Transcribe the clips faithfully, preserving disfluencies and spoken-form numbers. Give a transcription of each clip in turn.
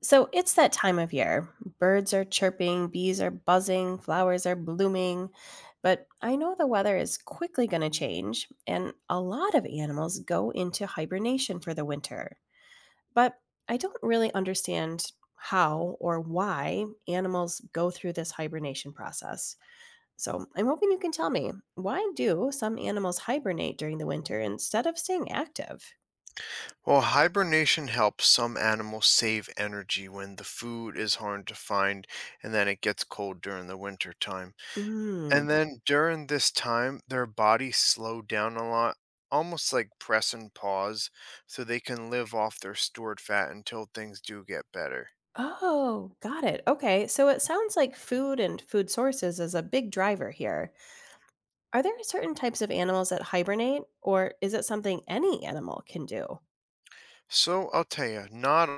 So it's that time of year. Birds are chirping, bees are buzzing, flowers are blooming. But I know the weather is quickly going to change, and a lot of animals go into hibernation for the winter. But I don't really understand how or why animals go through this hibernation process. So I'm hoping you can tell me, why do some animals hibernate during the winter instead of staying active? While hibernation helps some animals save energy when the food is hard to find and then it gets cold during the winter time. Hmm. And then during this time, their bodies slow down a lot, almost like press and pause, so they can live off their stored fat until things do get better. Oh, got it. Okay. So it sounds like food and food sources is a big driver here. Are there certain types of animals that hibernate, or is it something any animal can do? So I'll tell you, not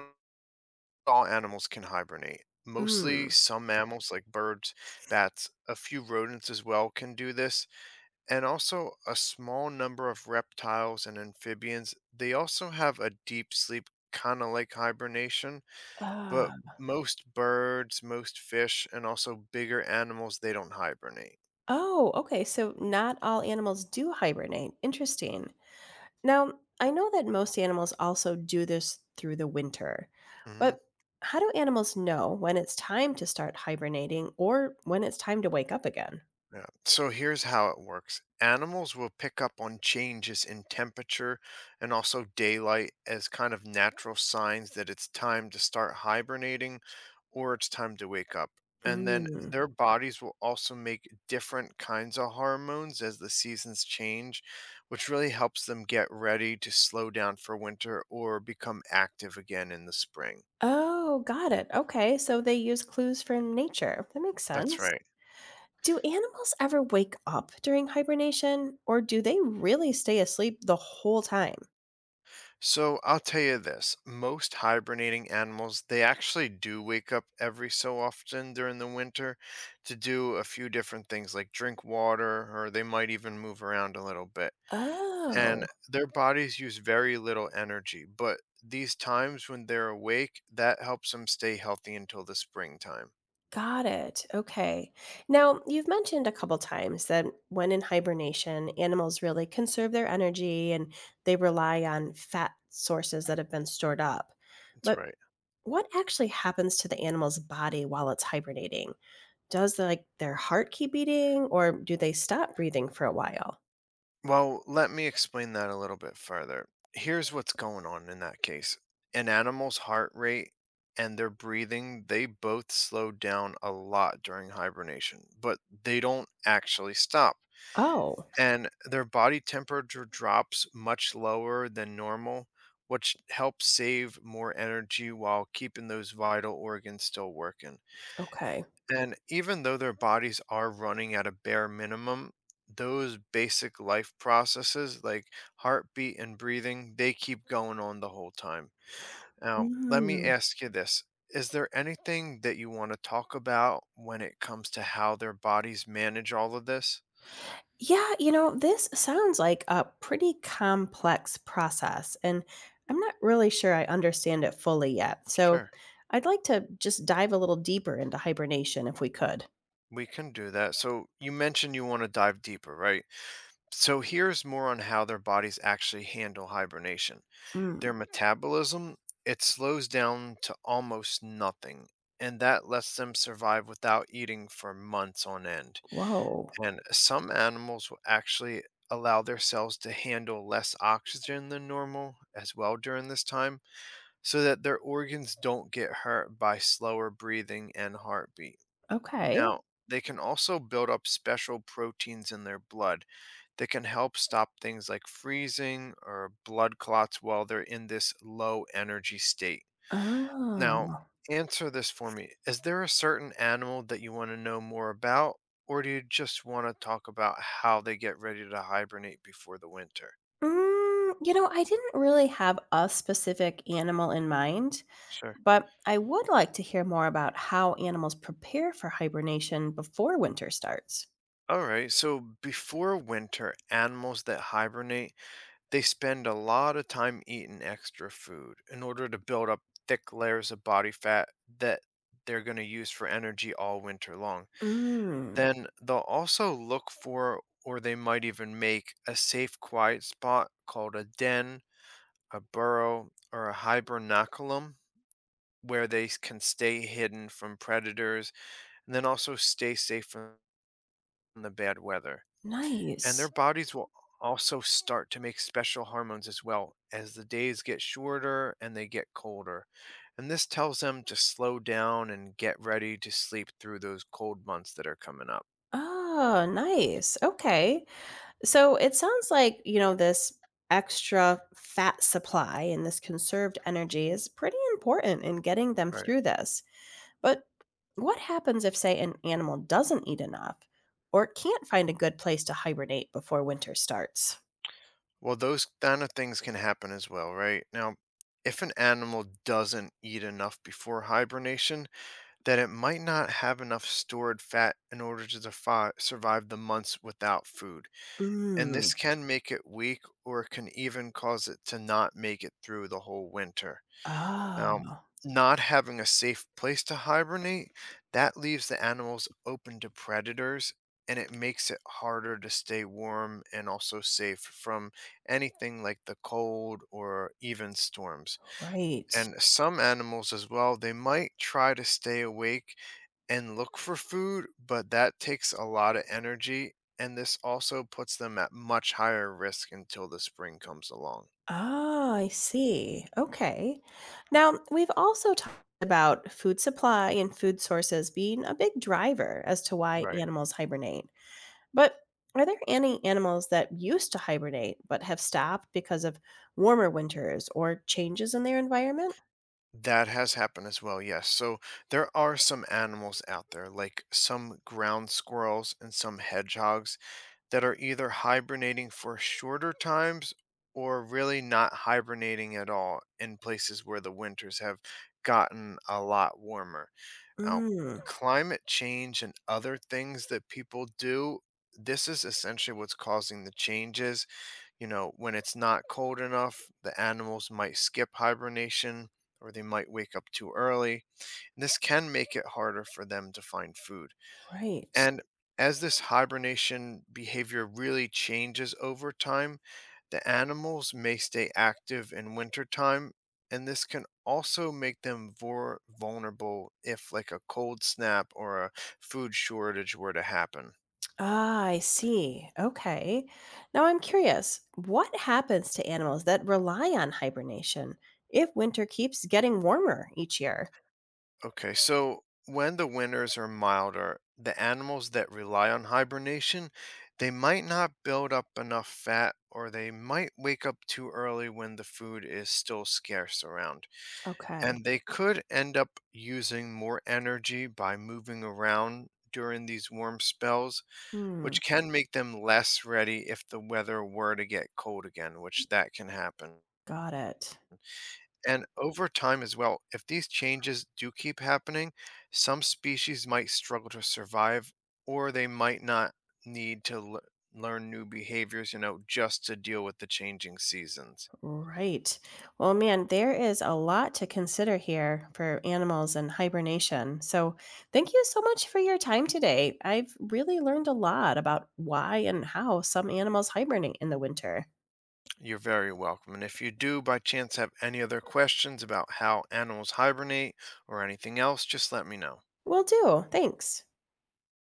all animals can hibernate. Mostly Hmm. some mammals like birds, bats, a few rodents as well can do this, and also a small number of reptiles and amphibians. They also have a deep sleep, kind of like hibernation, but Ah. most birds, most fish, and also bigger animals, they don't hibernate. Oh, okay. So not all animals do hibernate. Interesting. Now, I know that most animals also do this through the winter, hmm but how do animals know when it's time to start hibernating or when it's time to wake up again? Yeah. So here's how it works. Animals will pick up on changes in temperature and also daylight as kind of natural signs that it's time to start hibernating or it's time to wake up. And then Mm. their bodies will also make different kinds of hormones as the seasons change, which really helps them get ready to slow down for winter or become active again in the spring. Oh, got it. Okay, so they use clues from nature. That makes That's sense. right. Do animals ever wake up during hibernation or do they really stay asleep the whole time? So I'll tell you this, most hibernating animals, they actually do wake up every so often during the winter to do a few different things like drink water or they might even move around a little bit. Oh, And their bodies use very little energy, but these times when they're awake, that helps them stay healthy until the springtime. got it. Okay. Now, you've mentioned a couple times that when in hibernation, animals really conserve their energy and they rely on fat sources that have been stored up. That's But right. what actually happens to the animal's body while it's hibernating? Does, like, their heart keep beating, or do they stop breathing for a while? Well, let me explain that a little bit further. Here's what's going on in that case. An animal's heart rate and their breathing, they both slow down a lot during hibernation, but they don't actually stop. Oh, And their body temperature drops much lower than normal, which helps save more energy while keeping those vital organs still working. okay. And even though their bodies are running at a bare minimum, those basic life processes like heartbeat and breathing, they keep going on the whole time. Now, let me Mm. ask you this. Is there anything that you want to talk about when it comes to how their bodies manage all of this? Yeah, you know, this sounds like a pretty complex process, and I'm not really sure I understand it fully yet. So Sure. I'd like to just dive a little deeper into hibernation if we could. We can do that. So, you mentioned you want to dive deeper, right? So, here's more on how their bodies actually handle hibernation. Mm, Their metabolism, it slows down to almost nothing, and that lets them survive without eating for months on end. whoa. And some animals will actually allow their cells to handle less oxygen than normal as well during this time so that their organs don't get hurt by slower breathing and heartbeat. Okay. Now, they can also build up special proteins in their blood that can help stop things like freezing or blood clots while they're in this low energy state. Now, Oh. answer this for me. Is there a certain animal that you want to know more about, or do you just want to talk about how they get ready to hibernate before the winter? Mm, you know, I didn't really have a specific animal in mind, Sure. but I would like to hear more about how animals prepare for hibernation before winter starts. All right. So before winter, animals that hibernate, they spend a lot of time eating extra food in order to build up thick layers of body fat that they're going to use for energy all winter long. Mm, Then they'll also look for, or they might even make, a safe, quiet spot called a den, a burrow, or a hibernaculum where they s- can stay hidden from predators and then also stay safe from the bad weather. And their nice. bodies will also start to make special hormones as well as the days get shorter and they get colder. And this tells them to slow down and get ready to sleep through those cold months that are coming up. Oh, nice. Okay. So it sounds like, you know, this extra fat supply and this conserved energy is pretty important in getting them through this. But what happens if, say, an animal doesn't eat enough or can't find a good place to hibernate before winter starts? Well, those kind of things can happen as well, right? Now, if an animal doesn't eat enough before hibernation, then it might not have enough stored fat in order to defi- survive the months without food. And this Mm. can make it weak or it can even cause it to not make it through the whole winter. Now, Oh, not having a safe place to hibernate, that leaves the animals open to predators and it makes it harder to stay warm and also safe from anything like the cold or even storms. right. And some animals as well, they might try to stay awake and look for food, but that takes a lot of energy and this also puts them at much higher risk until the spring comes along. Ah, I see. Okay. Now, we've also talked about food supply and food sources being a big driver as to why Right. animals hibernate. But are there any animals that used to hibernate but have stopped because of warmer winters or changes in their environment? That has happened as well, yes. So there are some animals out there, like some ground squirrels and some hedgehogs, that are either hibernating for shorter times or really not hibernating at all in places where the winters have gotten a lot warmer. Now, Mm, climate change and other things that people do, this is essentially what's causing the changes. You know, when it's not cold enough, the animals might skip hibernation or they might wake up too early. This can make it harder for them to find food. right. And as this hibernation behavior really changes over time, the animals may stay active in wintertime, and this can also make them more vulnerable if, like, a cold snap or a food shortage were to happen. Ah, I see. Okay. Now I'm curious, what happens to animals that rely on hibernation if winter keeps getting warmer each year? Okay, so when the winters are milder, the animals that rely on hibernation, they might not build up enough fat or they might wake up too early when the food is still scarce around. Okay. And they could end up using more energy by moving around during these warm spells, Hmm. which can make them less ready if the weather were to get cold again, which that can happen. Got it. And over time as well, if these changes do keep happening, some species might struggle to survive or they might not need to l- learn new behaviors, you know, just to deal with the changing seasons. Right. Well, man, there is a lot to consider here for animals and hibernation. So, thank you so much for your time today. I've really learned a lot about why and how some animals hibernate in the winter. You're very welcome. And if you do by chance have any other questions about how animals hibernate or anything else, just let me know. Will do. Thanks.